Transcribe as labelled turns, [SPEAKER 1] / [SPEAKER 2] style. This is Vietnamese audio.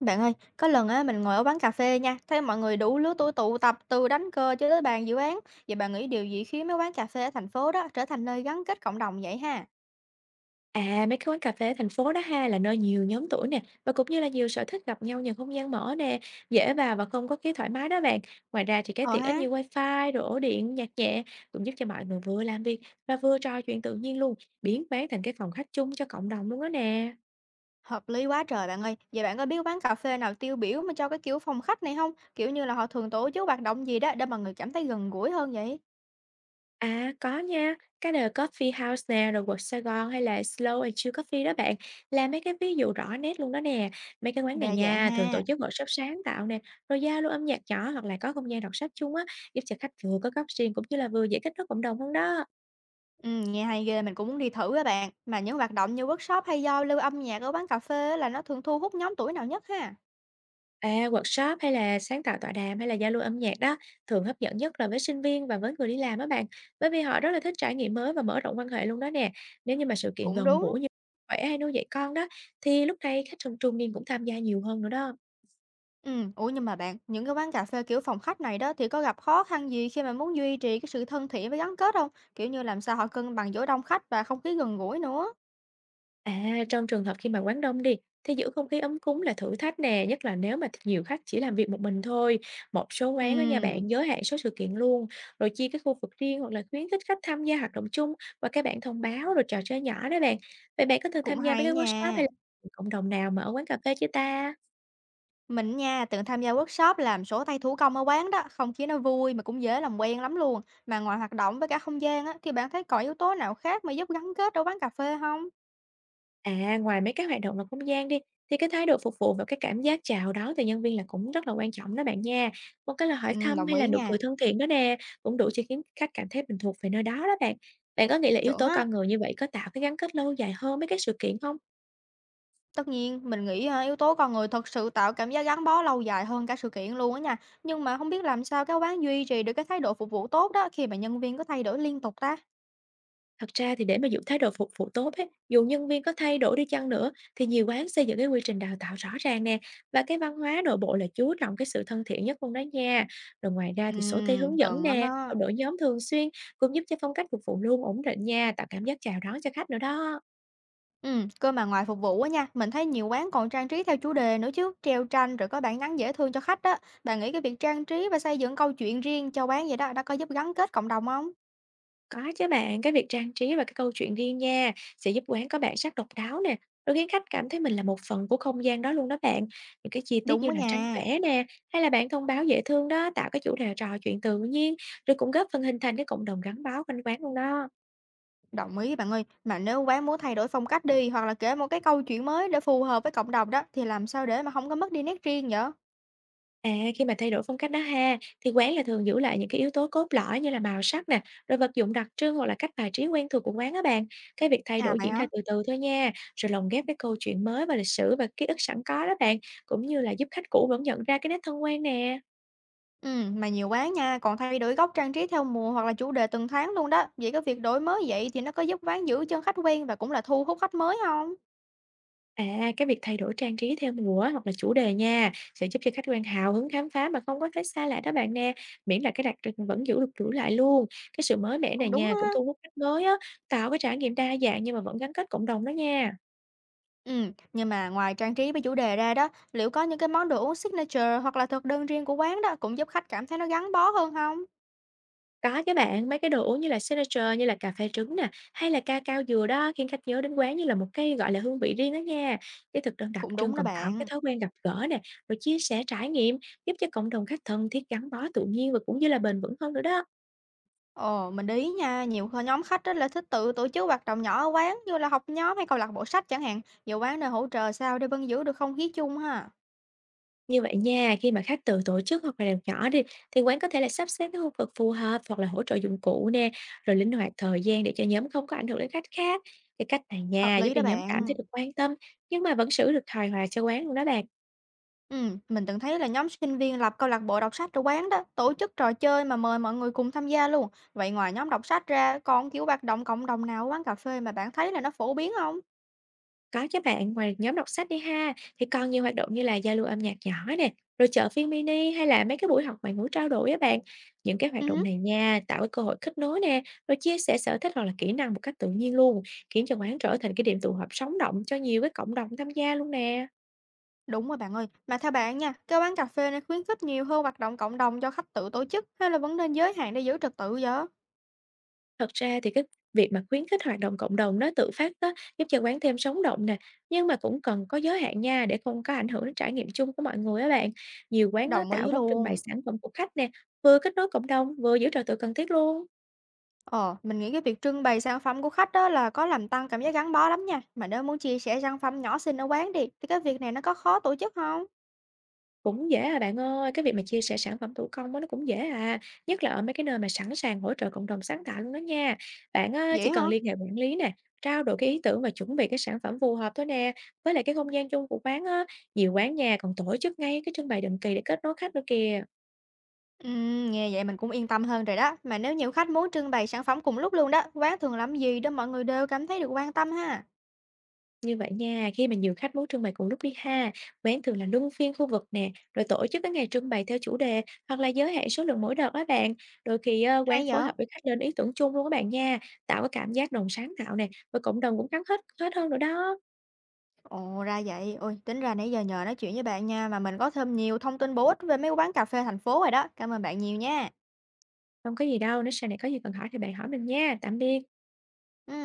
[SPEAKER 1] Bạn ơi, có lần á mình ngồi ở quán cà phê nha, thấy mọi người đủ lứa tuổi tụ tập từ đánh cờ cho tới bàn dự án. Vậy bạn nghĩ điều gì khiến mấy quán cà phê ở thành phố đó trở thành nơi gắn kết cộng đồng vậy ha?
[SPEAKER 2] À, mấy cái quán cà phê ở thành phố đó ha, là nơi nhiều nhóm tuổi nè, và cũng như là nhiều sở thích gặp nhau nhờ không gian mở nè, dễ vào và không có cái thoải mái đó bạn. Ngoài ra thì cái
[SPEAKER 1] Ờ
[SPEAKER 2] tiện ích
[SPEAKER 1] ha,
[SPEAKER 2] như wifi, rồi ổ điện, nhạc nhẹ cũng giúp cho mọi người vừa làm việc và vừa trò chuyện tự nhiên luôn, biến quán thành cái phòng khách chung cho cộng đồng luôn đó nè.
[SPEAKER 1] hợp lý quá trời bạn ơi. Vậy bạn có biết quán cà phê nào tiêu biểu mà cho cái kiểu phòng khách này không? Kiểu như là họ thường tổ chức hoạt động gì đó để mọi người cảm thấy gần gũi hơn vậy?
[SPEAKER 2] À, có nha, cái The Coffee House nè, rồi quận Sài Gòn hay là Slow and Chill Coffee đó bạn, là mấy cái ví dụ rõ nét luôn đó nè. Mấy cái quán này
[SPEAKER 1] Đa dạng
[SPEAKER 2] nha, thường tổ
[SPEAKER 1] ha.
[SPEAKER 2] chức workshop sáng tạo nè, rồi giao lưu âm nhạc nhỏ hoặc là có không gian đọc sách chung á, giúp cho khách vừa có góc riêng cũng như là vừa dễ kết nối cộng đồng hơn đó.
[SPEAKER 1] Ừ, nghe hay ghê, mình cũng muốn đi thử các bạn. Mà những hoạt động như workshop hay giao lưu âm nhạc ở quán cà phê á là nó thường thu hút nhóm tuổi nào nhất ha?
[SPEAKER 2] À, workshop hay là sáng tạo tọa đàm hay là giao lưu âm nhạc đó, thường hấp dẫn nhất là với sinh viên và với người đi làm á bạn. Bởi vì họ rất là thích trải nghiệm mới và mở rộng quan hệ luôn đó nè. Nếu như mà sự kiện
[SPEAKER 1] Cũng
[SPEAKER 2] gần
[SPEAKER 1] đúng.
[SPEAKER 2] gũi như khỏe hay nuôi dạy con đó, thì lúc này khách trong trung niên cũng tham gia nhiều hơn nữa đó.
[SPEAKER 1] Ừ, ủa, nhưng mà bạn, những cái quán cà phê, kiểu, phòng khách này đó thì có gặp khó khăn gì khi mà muốn duy trì cái sự thân thiện với gắn kết không? Kiểu như, làm sao họ cân bằng giữa đông khách và không khí gần gũi nữa?
[SPEAKER 2] À, trong trường hợp khi mà quán đông đi, thì giữ không khí ấm cúng là thử thách nè, nhất là nếu mà nhiều khách chỉ làm việc một mình thôi. Một số quán ở nhà
[SPEAKER 1] Ừ,
[SPEAKER 2] bạn giới hạn số sự kiện luôn, rồi chia cái khu vực riêng hoặc là khuyến khích khách tham gia hoạt động chung và các bạn thông báo rồi trò chơi nhỏ đó bạn. Vậy bạn có thường
[SPEAKER 1] cũng
[SPEAKER 2] tham gia mấy
[SPEAKER 1] hay
[SPEAKER 2] cái workshop hay
[SPEAKER 1] nha.
[SPEAKER 2] là cộng đồng nào mà ở quán cà phê chưa ta?
[SPEAKER 1] Mình nha, từng tham gia workshop làm sổ tay thủ công ở quán đó, không khí nó vui mà cũng dễ làm quen lắm luôn. Mà ngoài hoạt động với cả không gian á, thì bạn thấy còn yếu tố nào khác mà giúp gắn kết ở quán cà phê không?
[SPEAKER 2] À, ngoài mấy cái hoạt động ngoài không gian đi, thì cái thái độ phục vụ và cái cảm giác chào đón từ nhân viên là cũng rất là quan trọng đó bạn nha. Một cái là hỏi thăm
[SPEAKER 1] Đồng
[SPEAKER 2] hay là
[SPEAKER 1] ý
[SPEAKER 2] nụ
[SPEAKER 1] nha,
[SPEAKER 2] cười thân thiện đó nè, cũng đủ cho khiến khách cảm thấy mình thuộc về nơi đó đó bạn. Bạn có nghĩ là yếu
[SPEAKER 1] chuẩn
[SPEAKER 2] tố
[SPEAKER 1] á.
[SPEAKER 2] con người như vậy có tạo cái gắn kết lâu dài hơn mấy cái sự kiện không?
[SPEAKER 1] Tất nhiên, mình nghĩ, a, yếu tố con người thật sự tạo cảm giác gắn bó lâu dài hơn cả sự kiện luôn á nha. Nhưng mà không biết làm sao cái quán duy trì được cái thái độ phục vụ tốt đó khi mà nhân viên có thay đổi liên tục ta?
[SPEAKER 2] Thật ra thì để mà giữ thái độ phục vụ tốt ấy, dù nhân viên có thay đổi đi chăng nữa thì nhiều quán xây dựng cái quy trình đào tạo rõ ràng nè và cái văn hóa nội bộ là chú trọng cái sự thân thiện nhất luôn đó nha. Rồi ngoài ra thì sổ tay hướng dẫn
[SPEAKER 1] Cần lắm
[SPEAKER 2] nè, và
[SPEAKER 1] đó.
[SPEAKER 2] đội nhóm thường xuyên cũng giúp cho phong cách phục vụ luôn ổn định nha, tạo cảm giác chào đón cho khách nữa đó.
[SPEAKER 1] Cơ mà ngoài phục vụ á nha, mình thấy nhiều quán còn trang trí theo chủ đề nữa chứ, treo tranh rồi có bảng nhắn dễ thương cho khách đó. Bạn nghĩ cái việc trang trí và xây dựng câu chuyện riêng cho quán vậy đó, đã có giúp gắn kết cộng đồng không?
[SPEAKER 2] Có chứ bạn, cái việc trang trí và cái câu chuyện riêng nha sẽ giúp quán có bản sắc độc đáo nè, rồi khiến khách cảm thấy mình là một phần của không gian đó luôn đó bạn. Những cái chi tiết
[SPEAKER 1] Đúng
[SPEAKER 2] như
[SPEAKER 1] đó
[SPEAKER 2] là tranh
[SPEAKER 1] nha.
[SPEAKER 2] vẽ nè, hay là bạn thông báo dễ thương đó tạo cái chủ đề trò chuyện tự nhiên, rồi cũng góp phần hình thành cái cộng đồng gắn bó quanh quán luôn đó.
[SPEAKER 1] Đồng ý bạn ơi, mà nếu quán muốn thay đổi phong cách đi hoặc là kể một cái câu chuyện mới để phù hợp với cộng đồng đó thì làm sao để mà không có mất đi nét riêng vậy?
[SPEAKER 2] À, khi mà thay đổi phong cách đó ha, thì quán là thường giữ lại những cái yếu tố cốt lõi như là màu sắc nè, rồi vật dụng đặc trưng hoặc là cách bài trí quen thuộc của quán á bạn. Cái việc thay
[SPEAKER 1] À
[SPEAKER 2] đổi
[SPEAKER 1] vậy
[SPEAKER 2] diễn ra
[SPEAKER 1] hả?
[SPEAKER 2] từ từ thôi nha, rồi lồng ghép cái câu chuyện mới và lịch sử và ký ức sẵn có đó bạn, cũng như là giúp khách cũ vẫn nhận ra cái nét thân quen nè.
[SPEAKER 1] Ừ, mà nhiều quán nha, còn thay đổi góc trang trí theo mùa hoặc là chủ đề từng tháng luôn đó. Vậy cái việc đổi mới vậy thì nó có giúp quán giữ chân khách quen và cũng là thu hút khách mới không?
[SPEAKER 2] À, cái việc thay đổi trang trí theo mùa hoặc là chủ đề nha, sẽ giúp cho khách quan hào hứng khám phá mà không có thấy xa lạ đó bạn nè, miễn là cái đặc trưng vẫn giữ lại luôn. Cái sự mới mẻ
[SPEAKER 1] Cũng
[SPEAKER 2] này
[SPEAKER 1] đúng
[SPEAKER 2] nha, cũng
[SPEAKER 1] á.
[SPEAKER 2] thu hút khách mới á, tạo cái trải nghiệm đa dạng nhưng mà vẫn gắn kết cộng đồng đó nha.
[SPEAKER 1] Ừ, nhưng mà ngoài trang trí với chủ đề ra đó, liệu có những cái món đồ uống signature hoặc là thực đơn riêng của quán đó cũng giúp khách cảm thấy nó gắn bó hơn không?
[SPEAKER 2] Có chứ bạn, mấy cái đồ uống như là Signature, như là cà phê trứng nè, hay là ca cao dừa đó khiến khách nhớ đến quán như là một cái, gọi là, hương vị riêng đó nha. Cái thực đơn đặc
[SPEAKER 1] Cũng
[SPEAKER 2] trưng
[SPEAKER 1] đúng đó
[SPEAKER 2] còn tạo cái
[SPEAKER 1] bạn.
[SPEAKER 2] thói quen gặp gỡ nè, rồi chia sẻ trải nghiệm, giúp cho cộng đồng khách thân thiết gắn bó tự nhiên và cũng như là bền vững hơn nữa đó.
[SPEAKER 1] Ờ, mình để ý nha, nhiều nhóm khách rất là thích tự tổ chức hoạt động nhỏ ở quán như là học nhóm hay câu lạc bộ sách chẳng hạn. Nhiều quán nơi hỗ trợ sao để vẫn giữ được không khí chung ha.
[SPEAKER 2] Như vậy nha, khi mà khách tự tổ chức hoặc là làm nhỏ đi, thì quán có thể là sắp xếp cái khu vực phù hợp hoặc là hỗ trợ dụng cụ nè, rồi linh hoạt thời gian để cho nhóm không có ảnh hưởng đến khách khác. Cái cách này
[SPEAKER 1] Hợp
[SPEAKER 2] nha, giúp
[SPEAKER 1] lý
[SPEAKER 2] cho
[SPEAKER 1] đó
[SPEAKER 2] nhóm cảm thấy
[SPEAKER 1] bạn.
[SPEAKER 2] được quan tâm, nhưng mà vẫn giữ được hài hòa cho quán luôn đó bạn.
[SPEAKER 1] Ừ, mình từng thấy là nhóm sinh viên lập câu lạc bộ đọc sách ở quán đó, tổ chức trò chơi mà mời mọi người cùng tham gia luôn. Vậy ngoài nhóm đọc sách ra, còn kiểu hoạt động cộng đồng nào ở quán cà phê mà bạn thấy là nó phổ biến không?
[SPEAKER 2] Có chứ bạn, ngoài nhóm đọc sách đi ha, thì còn nhiều hoạt động như là giao lưu âm nhạc nhỏ nè, rồi chợ phiên mini hay là mấy cái buổi học ngoại ngữ trao đổi á bạn. Những cái hoạt
[SPEAKER 1] Ừ,
[SPEAKER 2] động
[SPEAKER 1] hứ,
[SPEAKER 2] này nha, tạo cái cơ hội kết nối nè, rồi chia sẻ sở thích hoặc là kỹ năng một cách tự nhiên luôn, khiến cho quán trở thành cái điểm tụ họp sống động cho nhiều cái cộng đồng tham gia luôn nè.
[SPEAKER 1] đúng rồi bạn ơi. Mà theo bạn nha, cái quán cà phê nên khuyến khích nhiều hơn hoạt động cộng đồng cho khách tự tổ chức hay là vẫn nên giới hạn để giữ trật tự vậy?
[SPEAKER 2] Thật ra thì cái việc mà khuyến khích hoạt động cộng đồng nó tự phát đó giúp cho quán thêm sống động nè, nhưng mà cũng cần có giới hạn nha để không có ảnh hưởng đến trải nghiệm chung của mọi người á bạn. Nhiều quán á,
[SPEAKER 1] Đồng
[SPEAKER 2] tạo
[SPEAKER 1] ý
[SPEAKER 2] góc trưng bày
[SPEAKER 1] luôn.
[SPEAKER 2] sản phẩm của khách nè, vừa kết nối cộng đồng, vừa giữ trật tự cần thiết luôn.
[SPEAKER 1] Ờ, mình nghĩ cái việc trưng bày sản phẩm của khách đó là có làm tăng cảm giác gắn bó lắm nha. Mà nếu muốn chia sẻ sản phẩm nhỏ xinh ở quán đi, thì cái việc này nó có khó tổ chức không?
[SPEAKER 2] Cũng dễ à bạn ơi, cái việc mà chia sẻ sản phẩm thủ công á, nó cũng dễ à, nhất là ở mấy cái nơi mà sẵn sàng hỗ trợ cộng đồng sáng tạo luôn đó nha. Bạn á,
[SPEAKER 1] Vậy
[SPEAKER 2] chỉ cần
[SPEAKER 1] hả?
[SPEAKER 2] liên hệ quản lý nè, trao đổi cái ý tưởng và chuẩn bị cái sản phẩm phù hợp thôi nè. Với lại cái không gian chung của quán á, nhiều quán nhà còn tổ chức ngay cái trưng bày định kỳ để kết nối khách nữa kìa.
[SPEAKER 1] Ừ, nghe vậy mình cũng yên tâm hơn rồi đó. Mà nếu nhiều khách muốn trưng bày sản phẩm cùng lúc luôn đó, quán thường làm gì để mọi người đều cảm thấy được quan tâm ha?
[SPEAKER 2] Như vậy nha, khi mà nhiều khách muốn trưng bày cùng lúc đi ha, quán thường là luân phiên khu vực nè, rồi tổ chức các ngày trưng bày theo chủ đề hoặc là giới hạn số lượng mỗi đợt á bạn. Đôi khi quán
[SPEAKER 1] Hay vậy?
[SPEAKER 2] phối hợp với khách lên ý tưởng chung luôn các bạn nha, tạo cái cảm giác đồng sáng tạo nè, và cộng đồng cũng gắn kết hết hơn nữa đó.
[SPEAKER 1] Ồ, ra vậy. Ôi, tính ra nãy giờ nhờ nói chuyện với bạn nha, mà mình có thêm nhiều thông tin bổ ích về mấy quán cà phê thành phố rồi đó. Cảm ơn bạn nhiều nha.
[SPEAKER 2] Không có gì đâu, nếu sau này có gì cần hỏi thì bạn hỏi mình nha. Tạm biệt.
[SPEAKER 1] Ừ.